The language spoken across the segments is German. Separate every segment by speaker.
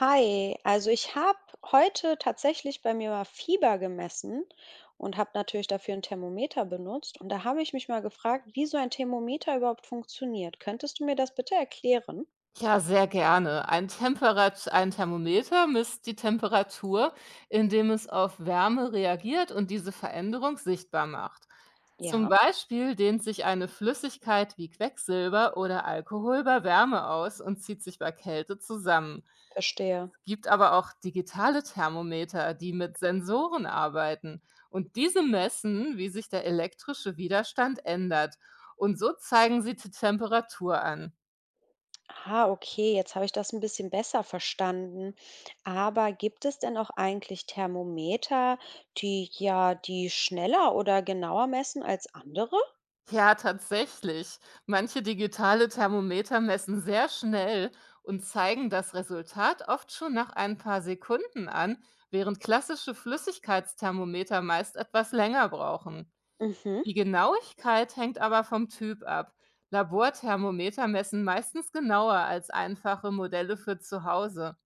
Speaker 1: Hi, also ich habe heute tatsächlich bei mir mal Fieber gemessen und habe natürlich dafür ein Thermometer benutzt. Und da habe ich mich mal gefragt, wie so ein Thermometer überhaupt funktioniert. Könntest du mir das bitte erklären?
Speaker 2: Ja, sehr gerne. Ein Thermometer misst die Temperatur, indem es auf Wärme reagiert und diese Veränderung sichtbar macht. Zum
Speaker 1: Ja,
Speaker 2: Beispiel dehnt sich eine Flüssigkeit wie Quecksilber oder Alkohol bei Wärme aus und zieht sich bei Kälte zusammen.
Speaker 1: verstehe.
Speaker 2: Es gibt aber auch digitale Thermometer, die mit Sensoren arbeiten. Und diese messen, wie sich der elektrische Widerstand ändert. Und so zeigen sie die Temperatur an.
Speaker 1: Ah, okay, jetzt habe ich das ein bisschen besser verstanden. Aber gibt es denn auch eigentlich Thermometer, die ja die schneller oder genauer messen als andere?
Speaker 2: Ja, tatsächlich. Manche digitale Thermometer messen sehr schnell und zeigen das Resultat oft schon nach ein paar Sekunden an, während klassische Flüssigkeitsthermometer meist etwas länger brauchen.
Speaker 1: Mhm.
Speaker 2: Die Genauigkeit hängt aber vom Typ ab. Laborthermometer messen meistens genauer als einfache Modelle für zu Hause.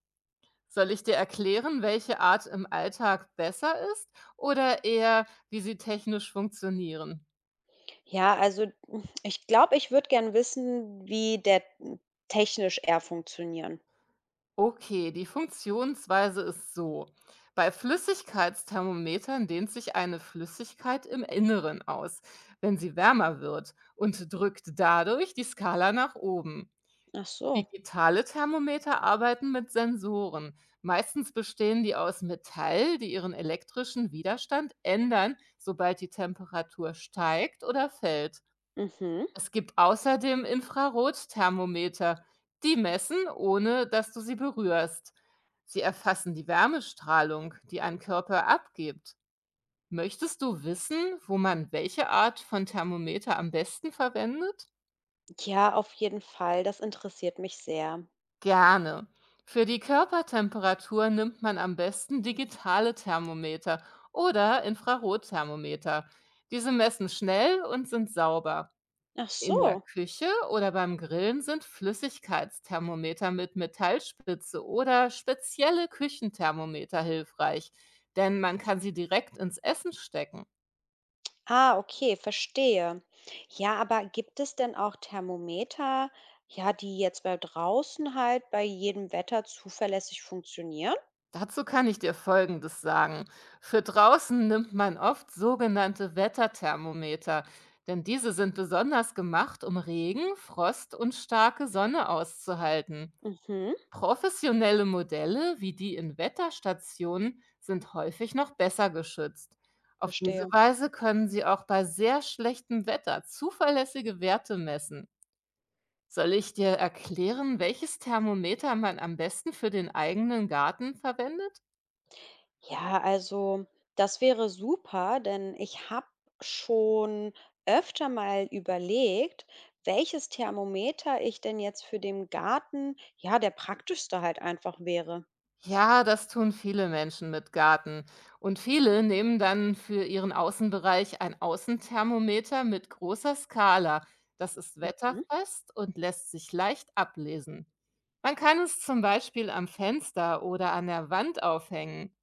Speaker 2: Soll ich dir erklären, welche Art im Alltag besser ist oder eher, wie sie technisch funktionieren?
Speaker 1: Ja, also ich glaube, ich würde gern wissen, wie der n technisch eher funktionieren.
Speaker 2: Okay, die Funktionsweise ist so. Bei Flüssigkeitsthermometern dehnt sich eine Flüssigkeit im Inneren aus, wenn sie wärmer wird und drückt dadurch die Skala nach oben.
Speaker 1: Ach so.
Speaker 2: Digitale Thermometer arbeiten mit Sensoren. Meistens bestehen die aus Metall, die ihren elektrischen Widerstand ändern, sobald die Temperatur steigt oder fällt.
Speaker 1: Mhm.
Speaker 2: Es gibt außerdem Infrarotthermometer, die messen, ohne dass du sie berührst. Sie erfassen die Wärmestrahlung, die ein Körper abgibt. Möchtest du wissen, wo man welche Art von Thermometer am besten verwendet?
Speaker 1: Ja, auf jeden Fall. Das interessiert mich sehr.
Speaker 2: Gerne. Für die Körpertemperatur nimmt man am besten digitale Thermometer oder Infrarotthermometer. Diese messen schnell und sind sauber.
Speaker 1: Ach
Speaker 2: In der
Speaker 1: so.
Speaker 2: Küche oder beim Grillen sind Flüssigkeitsthermometer mit Metallspitze oder spezielle Küchenthermometer hilfreich, denn man kann sie direkt ins Essen stecken.
Speaker 1: Ah, okay, verstehe. Ja, aber gibt es denn auch Thermometer, ja, die jetzt bei draußen halt bei jedem Wetter zuverlässig funktionieren?
Speaker 2: Dazu kann ich dir Folgendes sagen. Für draußen nimmt man oft sogenannte Wetterthermometer, denn diese sind besonders gemacht, um Regen, Frost und starke Sonne auszuhalten.
Speaker 1: Mhm,
Speaker 2: Professionelle Modelle wie die in Wetterstationen sind häufig noch besser geschützt. Auf diese
Speaker 1: verstehe.
Speaker 2: Weise können sie auch bei sehr schlechtem Wetter zuverlässige Werte messen. Soll ich dir erklären, welches Thermometer man am besten für den eigenen Garten verwendet?
Speaker 1: Ja, also das wäre super, denn ich habe schon öfter mal überlegt, welches Thermometer ich denn jetzt für den Garten, ja, der praktischste halt einfach wäre.
Speaker 2: Ja, das tun viele Menschen mit Garten. Und viele nehmen dann für ihren Außenbereich ein Außenthermometer mit großer Skala. Das ist
Speaker 1: Mhm.
Speaker 2: wetterfest und lässt sich leicht ablesen. Man kann es zum Beispiel am Fenster oder an der Wand aufhängen.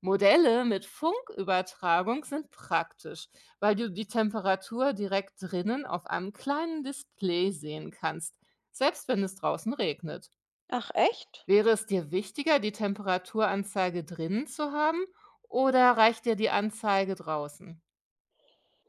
Speaker 2: Modelle mit Funkübertragung sind praktisch, weil du die Temperatur direkt drinnen auf einem kleinen Display sehen kannst, selbst wenn es draußen regnet.
Speaker 1: Ach echt?
Speaker 2: Wäre es dir wichtiger, die Temperaturanzeige drinnen zu haben oder reicht dir die Anzeige draußen?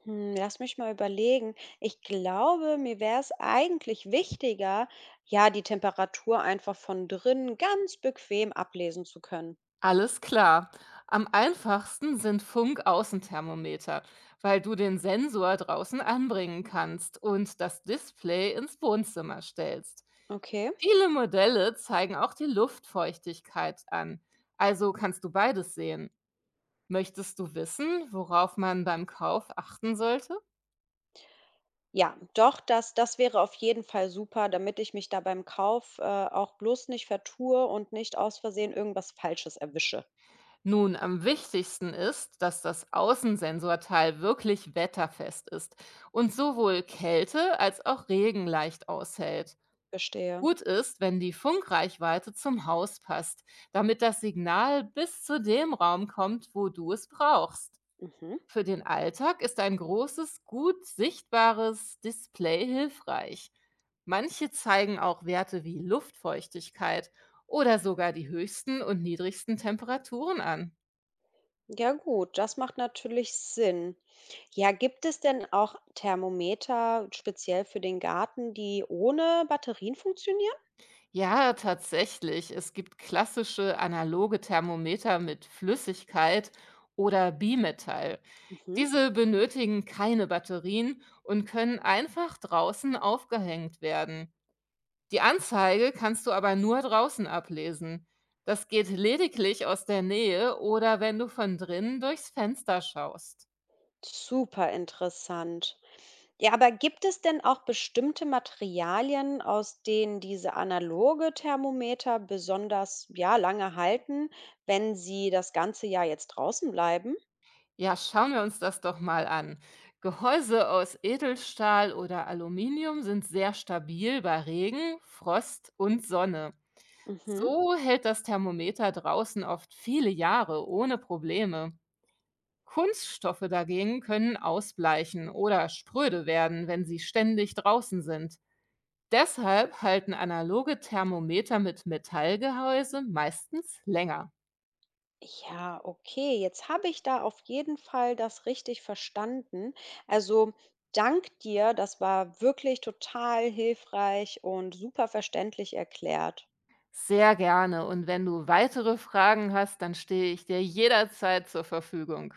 Speaker 1: Hm, lass mich mal überlegen. Ich glaube, mir wäre es eigentlich wichtiger, ja, die Temperatur einfach von drinnen ganz bequem ablesen zu können.
Speaker 2: Alles klar. Am einfachsten sind Funkaußenthermometer, weil du den Sensor draußen anbringen kannst und das Display ins Wohnzimmer stellst.
Speaker 1: Okay.
Speaker 2: Viele Modelle zeigen auch die Luftfeuchtigkeit an. Also kannst du beides sehen. Möchtest du wissen, worauf man beim Kauf achten sollte?
Speaker 1: Ja, doch, das wäre auf jeden Fall super, damit ich mich da beim Kauf, auch bloß nicht vertue und nicht aus Versehen irgendwas Falsches erwische.
Speaker 2: Nun, am wichtigsten ist, dass das Außensensorteil wirklich wetterfest ist und sowohl Kälte als auch Regen leicht aushält.
Speaker 1: Verstehe.
Speaker 2: Gut ist, wenn die Funkreichweite zum Haus passt, damit das Signal bis zu dem Raum kommt, wo du es brauchst.
Speaker 1: Mhm.
Speaker 2: Für den Alltag ist ein großes, gut sichtbares Display hilfreich. Manche zeigen auch Werte wie Luftfeuchtigkeit oder sogar die höchsten und niedrigsten Temperaturen an.
Speaker 1: Ja gut, das macht natürlich Sinn. Ja, gibt es denn auch Thermometer speziell für den Garten, die ohne Batterien funktionieren?
Speaker 2: Ja, tatsächlich. Es gibt klassische analoge Thermometer mit Flüssigkeit oder Bimetall.
Speaker 1: Mhm.
Speaker 2: Diese benötigen keine Batterien und können einfach draußen aufgehängt werden. Die Anzeige kannst du aber nur draußen ablesen. Das geht lediglich aus der Nähe oder wenn du von drinnen durchs Fenster schaust.
Speaker 1: Super interessant. Ja, aber gibt es denn auch bestimmte Materialien, aus denen diese analoge Thermometer besonders, ja, lange halten, wenn sie das ganze Jahr jetzt draußen bleiben?
Speaker 2: Ja, schauen wir uns das doch mal an. Gehäuse aus Edelstahl oder Aluminium sind sehr stabil bei Regen, Frost und Sonne.
Speaker 1: Mhm.
Speaker 2: So hält das Thermometer draußen oft viele Jahre ohne Probleme. Kunststoffe dagegen können ausbleichen oder spröde werden, wenn sie ständig draußen sind. Deshalb halten analoge Thermometer mit Metallgehäuse meistens länger.
Speaker 1: Ja, okay, jetzt habe ich da auf jeden Fall das richtig verstanden. Also dank dir, das war wirklich total hilfreich und super verständlich erklärt.
Speaker 2: Sehr gerne und wenn du weitere Fragen hast, dann stehe ich dir jederzeit zur Verfügung.